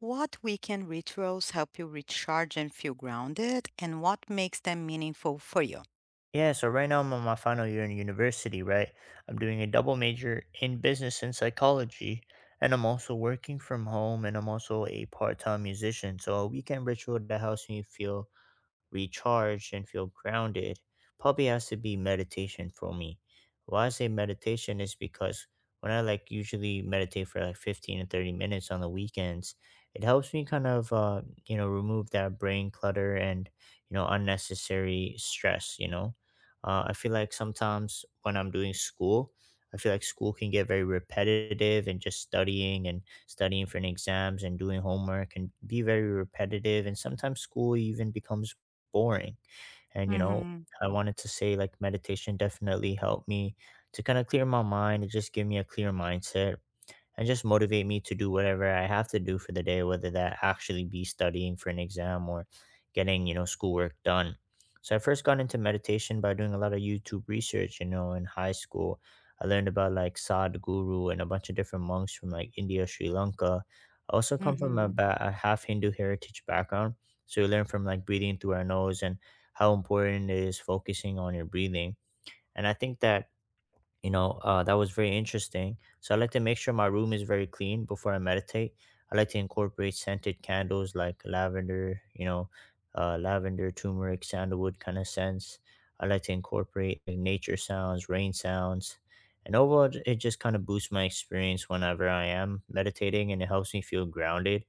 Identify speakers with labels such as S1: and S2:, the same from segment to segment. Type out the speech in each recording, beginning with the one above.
S1: What weekend rituals help you recharge and feel grounded, and what makes them meaningful for you?
S2: Yeah, so right now I'm on my final year in university, right? I'm doing a double major in business and psychology, and I'm also working from home, and I'm also a part time musician. So a weekend ritual that helps me feel recharged and feel grounded probably has to be meditation for me. Why I say meditation is because when I like usually meditate for like 15 to 30 minutes on the weekends, it helps me kind of, remove that brain clutter and, unnecessary stress. I feel like sometimes when I'm doing school, I feel like school can get very repetitive and just studying and studying for an exams and doing homework can be very repetitive. And sometimes school even becomes boring. And, you know,
S1: hmm
S2: I wanted to say like meditation definitely helped me to kind of clear my mind and just give me a clear mindset and just motivate me to do whatever I have to do for the day, whether that actually be studying for an exam or getting schoolwork done. So I first got into meditation by doing a lot of YouTube research, in high school. I learned about like Sadhguru and a bunch of different monks from like India, Sri Lanka. I also come from a,
S1: hmm
S2: ba- a half Hindu heritage background. So we learn from like breathing through our nose and how important it is focusing on your breathing. And I think that that was very interesting, so I like to make sure my room is very clean before I meditate. I like to incorporate scented candles like lavender, lavender turmeric sandalwood kind of scents. I like to incorporate like, nature sounds rain sounds, and overall it just kind of boosts my experience whenever I am meditating, and it helps me feel grounded.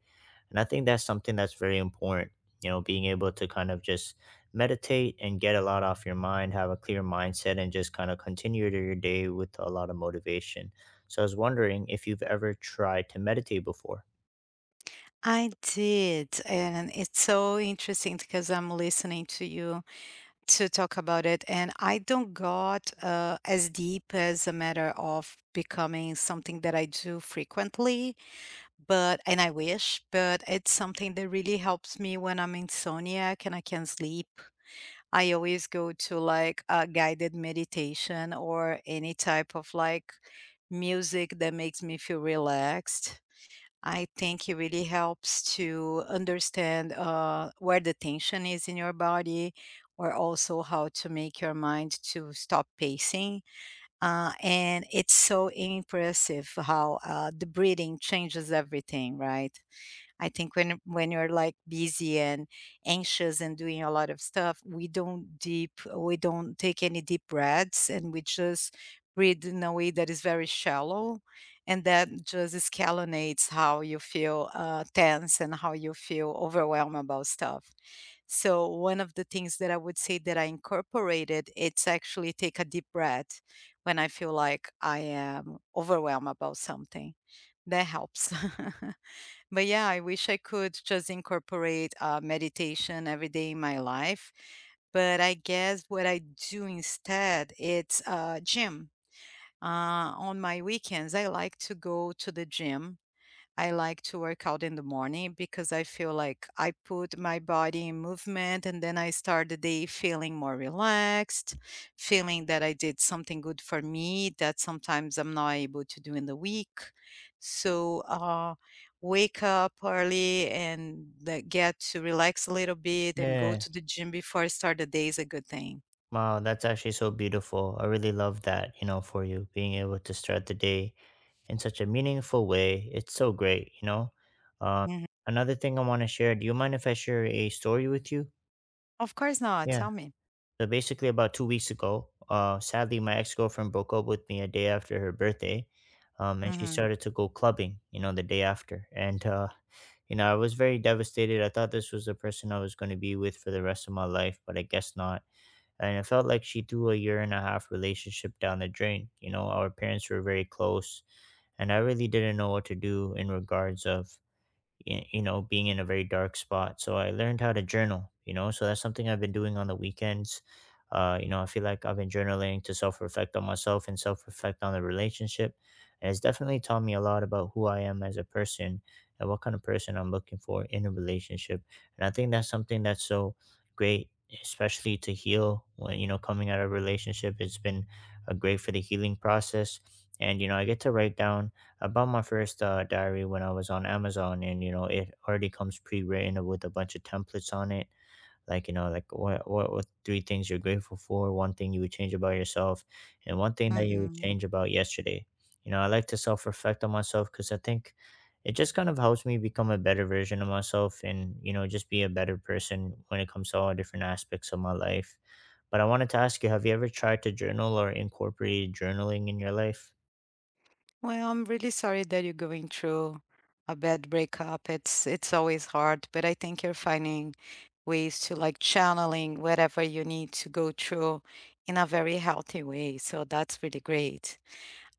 S2: And I think that's something that's very important, being able to kind of just meditate and get a lot off your mind, have a clear mindset, and just kind of continue to your day with a lot of motivation. So I was wondering if you've ever tried to meditate before.
S1: I did, and it's so interesting because I'm listening to you to talk about it, and I don't got as deep as a matter of becoming something that I do frequently, but and I wish, but it's something that really helps me when I'm insomniac and I can't sleep. I always go to like a guided meditation or any type of like music that makes me feel relaxed. I think it really helps to understand where the tension is in your body, or also how to make your mind to stop pacing. And it's so impressive how the breathing changes everything, right? I think when you're like busy and anxious and doing a lot of stuff, we don't take any deep breaths, and we just breathe in a way that is very shallow, and that just escalonates how you feel tense and how you feel overwhelmed about stuff. So one of the things that I would say that I incorporated, it's actually take a deep breath when I feel like I am overwhelmed about something. That helps. But yeah, I wish I could just incorporate meditation every day in my life. But I guess what I do instead, it's gym. On my weekends, I like to go to the gym. I like to work out in the morning because I feel like I put my body in movement and then I start the day feeling more relaxed, feeling that I did something good for me that sometimes I'm not able to do in the week. So wake up early and like, get to relax a little bit and go
S2: Yeah.
S1: to the gym before I start the day is a good thing.
S2: Wow, that's actually so beautiful. I really love that, for you being able to start the day in such a meaningful way. It's so great, Um,
S1: Mhm.
S2: Another thing I want to share. Do you mind if I share a story with you?
S1: Of course not.
S2: Yeah.
S1: Tell me.
S2: So basically, about 2 weeks ago, sadly, my ex girlfriend broke up with me a day after her birthday, and she
S1: hmm
S2: started to go clubbing. You know, the day after, and I was very devastated. I thought this was the person I was going to be with for the rest of my life, but I guess not. And it felt like she threw a year and a half relationship down the drain. You know, our parents were very close, and I really didn't know what to do in regards of being in a very dark spot. So I learned how to journal. So that's something I've been doing on the weekends. I feel like I've been journaling to self-reflect on myself and self-reflect on the relationship, and it's definitely taught me a lot about who I am as a person and what kind of person I'm looking for in a relationship. And I think that's something that's so great, especially to heal when, coming out of a relationship, it's been great for the healing process. And I get to write down. I bought my first diary when I was on Amazon, and it already comes pre-written with a bunch of templates on it. Like what three things you're grateful for, one thing you would change about yourself, and one thing that you would
S1: hmm
S2: change about yesterday. I like to self-reflect on myself because I think it just kind of helps me become a better version of myself, and, just be a better person when it comes to all different aspects of my life. But I wanted to ask you, have you ever tried to journal or incorporated journaling in your life?
S1: Well, I'm really sorry that you're going through a bad breakup. It's always hard, but I think you're finding ways to like channeling whatever you need to go through in a very healthy way. So that's really great.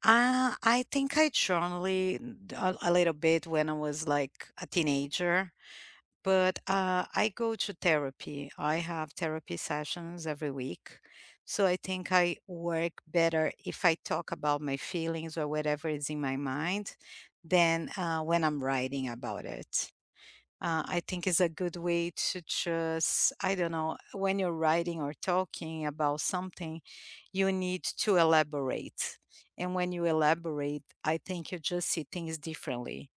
S1: I think I journaling a little bit when I was like a teenager. But I go to therapy. I have therapy sessions every week. So I think I work better if I talk about my feelings or whatever is in my mind than when I'm writing about it. I think it's a good way to just, I don't know, when you're writing or talking about something, you need to elaborate. And when you elaborate, I think you just see things differently.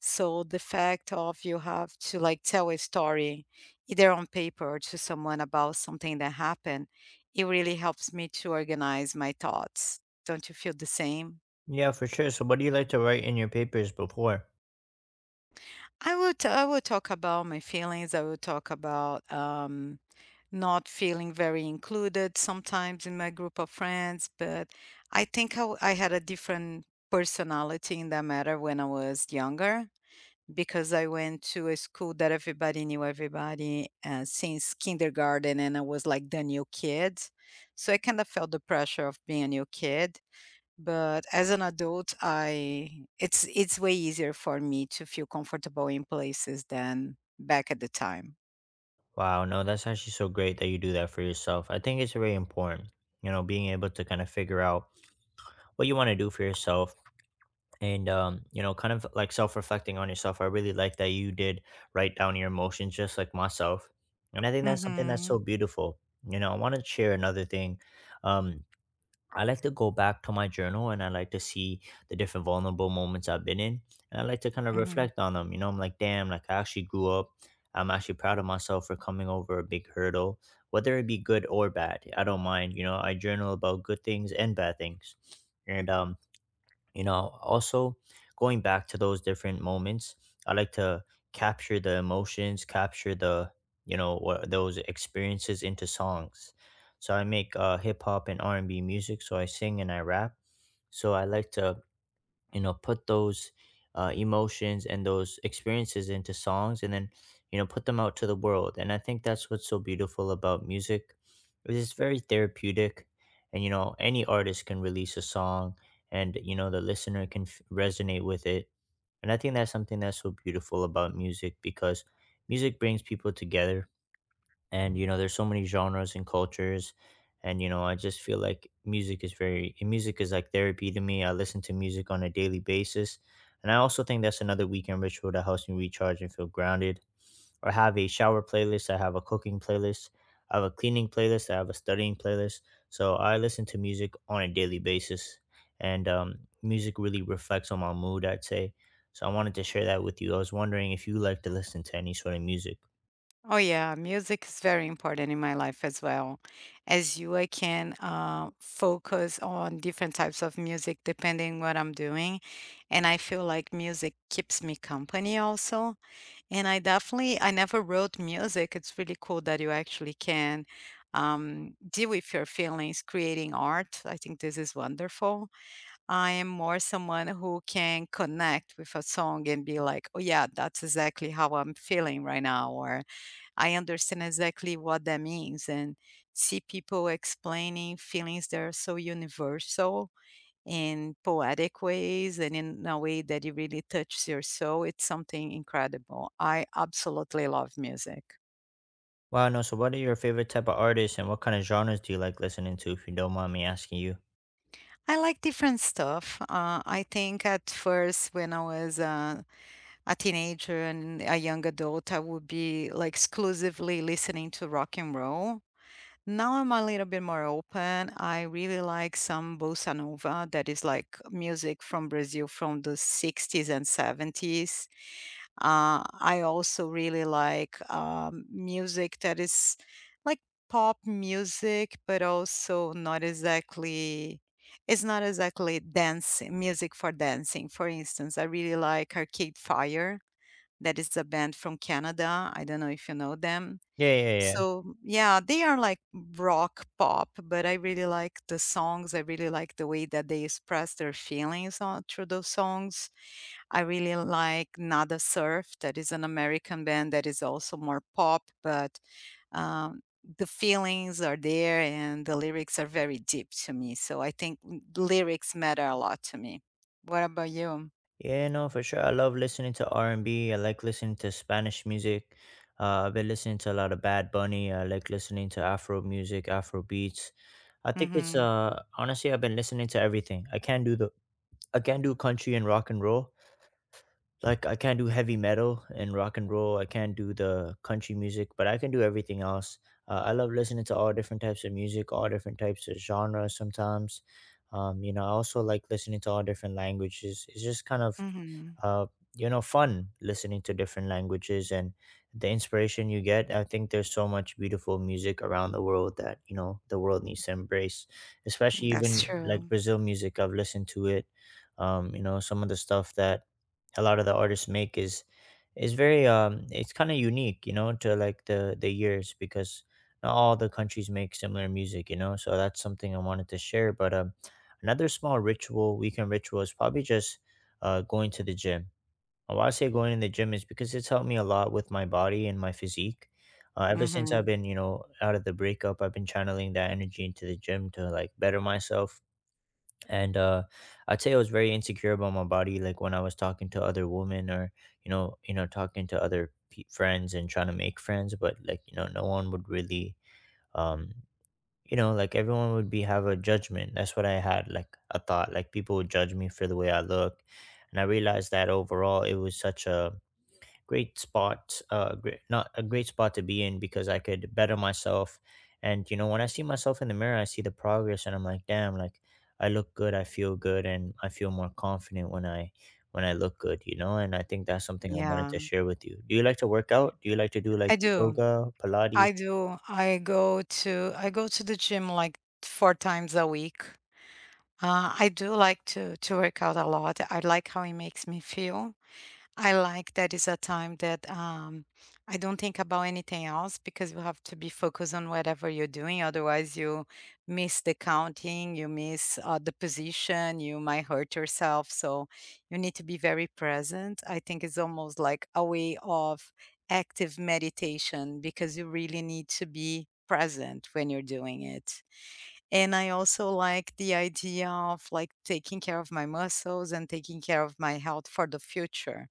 S1: So the fact of you have to like tell a story either on paper or to someone about something that happened, it really helps me to organize my thoughts. Don't you feel the same?
S2: Yeah, for sure. So, what do you like to write in your papers before?
S1: I will talk about my feelings. I will talk about not feeling very included sometimes in my group of friends. But I think I had a different personality in that matter when I was younger. Because I went to a school that everybody knew everybody since kindergarten, and I was like the new kid. So I kind of felt the pressure of being a new kid. But as an adult, I it's way easier for me to feel comfortable in places than back at the time.
S2: Wow, no, that's actually so great that you do that for yourself. I think it's very important, being able to kind of figure out what you want to do for yourself, and, kind of like self reflecting on yourself. I really like that you did write down your emotions just like myself. And I think that's something that's
S1: Mm-hmm.
S2: so beautiful. I want to share another thing, um, I like to go back to my journal, and I like to see the different vulnerable moments I've been in. And I like to kind of
S1: Mm-hmm.
S2: reflect on them. You know, I'm like, damn, like I actually grew up. I'm actually proud of myself for coming over a big hurdle, whether it be good or bad. I don't mind. You know, I journal about good things and bad things. And also going back to those different moments, I like to capture the emotions, capture the, what those experiences into songs. So I make hip hop and R&B music, so I sing and I rap, so I like to, put those emotions and those experiences into songs, and then, put them out to the world. And I think that's what's so beautiful about music, is it's very therapeutic, and any artist can release a song, and the listener can resonate with it. And I think that's something that's so beautiful about music, because music brings people together, and there's so many genres and cultures. And I just feel like music is like therapy to me. I listen to music on a daily basis, and I also think that's another weekend ritual that helps me recharge and feel grounded. I have a shower playlist, I have a cooking playlist, I have a cleaning playlist, I have a studying playlist. So I listen to music on a daily basis, and, music really reflects on my mood, I'd say. So I wanted to share that with you. I was wondering if you like to listen to any sort of music.
S1: Oh yeah, music is very important in my life as well. As you, I can focus on different types of music depending what I'm doing, and I feel like music keeps me company also. And I definitely, I never wrote music. It's really cool that you actually can deal with your feelings creating art. I think this is wonderful. I am more someone who can connect with a song and be like, oh yeah, that's exactly how I'm feeling right now, or I understand exactly what that means and see people explaining feelings that are so universal in poetic ways and in a way that it really touches your soul. It's something incredible. I absolutely love music.
S2: Wow, no. So, what are your favorite type of artists and what kind of genres do you like listening to? If you don't mind me asking you.
S1: I like different stuff. I think at first, when I was a teenager and a young adult, I would be like exclusively listening to rock and roll. Now I'm a little bit more open. I really like some bossa nova, that is like music from Brazil from the 60s and 70s. I also really like music that is like pop music, but also not exactly, it's not exactly dance music for dancing. For instance, I really like Arcade Fire, that is a band from Canada. I don't know if you know them.
S2: Yeah, yeah, yeah.
S1: So, yeah, they are like rock pop, but I really like the songs. I really like the way that they express their feelings on through those songs. I really like Nada Surf, that is an American band that is also more pop, but um, the feelings are there and the lyrics are very deep to me. So I think lyrics matter a lot to me. What about you?
S2: Yeah, no, for sure. I love listening to R&B. I like listening to Spanish music. I've been listening to a lot of Bad Bunny. I like listening to Afro music, Afro beats. I think it's
S1: Mm-hmm.
S2: honestly, I've been listening to everything. I can't do country and rock and roll. Like, I can't do heavy metal and rock and roll. I can't do the country music, but I can do everything else. I love listening to all different types of music, all different types of genres sometimes. I also like listening to all different languages. It's just kind of
S1: Mm-hmm.
S2: uh, fun listening to different languages, and the inspiration you get. I think there's so much beautiful music around the world that, the world needs to embrace, especially even
S1: That's
S2: like
S1: true.
S2: brazil music, I've listened to it. Some of the stuff that a lot of the artists make is very it's kind of unique, to like the years, because not all the countries make similar music, so that's something I wanted to share. But, another small ritual, weekend ritual, is probably just going to the gym. Why I say going to the gym is because it's helped me a lot with my body and my physique. Ever since I've
S1: Mm-hmm.
S2: been, out of the breakup, I've been channeling that energy into the gym to like better myself. And I'd say I was very insecure about my body, like when I was talking to other women, or talking to other friends and trying to make friends, but like, no one would really. Um, like everyone would be, have a judgment, that's what I had, like a thought, like people would judge me for the way I look. And I realized that overall it was such a great spot, not a great spot to be in, because I could better myself. And you know, when I see myself in the mirror, I see the progress, and I'm like, damn, like I look good, I feel good, and I feel more confident when I look good, you know. And I think that's something I wanted to
S1: Yeah,
S2: share with you. Do you like to work out? Do you like to do like
S1: I do.
S2: yoga, pilates?
S1: I do. I go to the gym like 4 times a week. I do like to work out a lot. I like how it makes me feel. I like that is a time that I don't think about anything else because you have to be focused on whatever you're doing. Otherwise, you miss the counting, you miss the position, you might hurt yourself. So you need to be very present. I think it's almost like a way of active meditation because you really need to be present when you're doing it. And I also like the idea of like taking care of my muscles and taking care of my health for the future,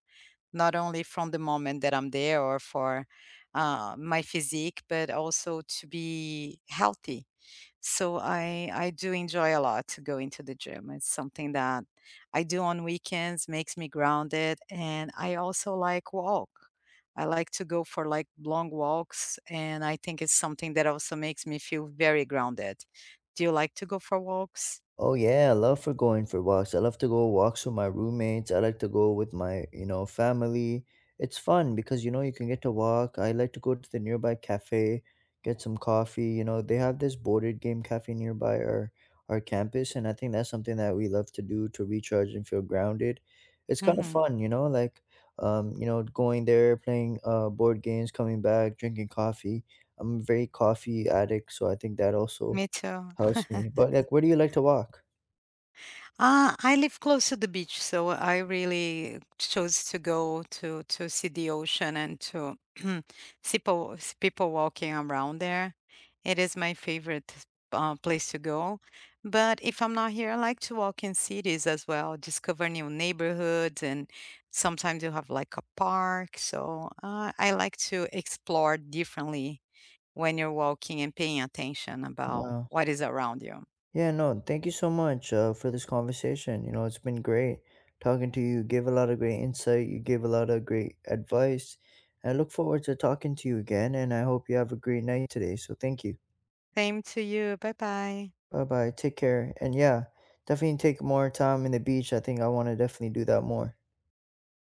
S1: not only from the moment that I'm there or for my physique, but also to be healthy. So I do enjoy a lot to go into the gym. It's something that I do on weekends, makes me grounded, and I also like walk. I like to go for like long walks, and I think it's something that also makes me feel very grounded. Do you like to go for walks?
S2: Oh yeah, I love for going for walks. I love to go walks with my roommates. I like to go with my, you know, family. It's fun because you know you can get to walk. I like to go to the nearby cafe, get some coffee. You know, they have this boarded game cafe nearby our campus, and I think that's something that we love to do to recharge and feel grounded. It's kind of
S1: Hmm.
S2: fun, like, going there, playing board games, coming back, drinking coffee. I'm a very coffee addict, so I think that also
S1: Me too.
S2: helps me. But like, where do you like to walk?
S1: I live close to the beach, so I really chose to go to see the ocean and to see people walking around there. It is my favorite place to go. But if I'm not here, I like to walk in cities as well, discover new neighborhoods, and sometimes you have like a park. So I like to explore differently when you're walking and paying attention about
S2: Wow.
S1: what is around you.
S2: Yeah, no, thank you so much for this conversation. You know, it's been great talking to you. You gave a lot of great insight, you gave a lot of great advice. I look forward to talking to you again, and I hope you have a great night today. So, thank you.
S1: Same to you. Bye bye.
S2: Bye bye. Take care. And yeah, definitely take more time in the beach. I think I want to definitely do that more.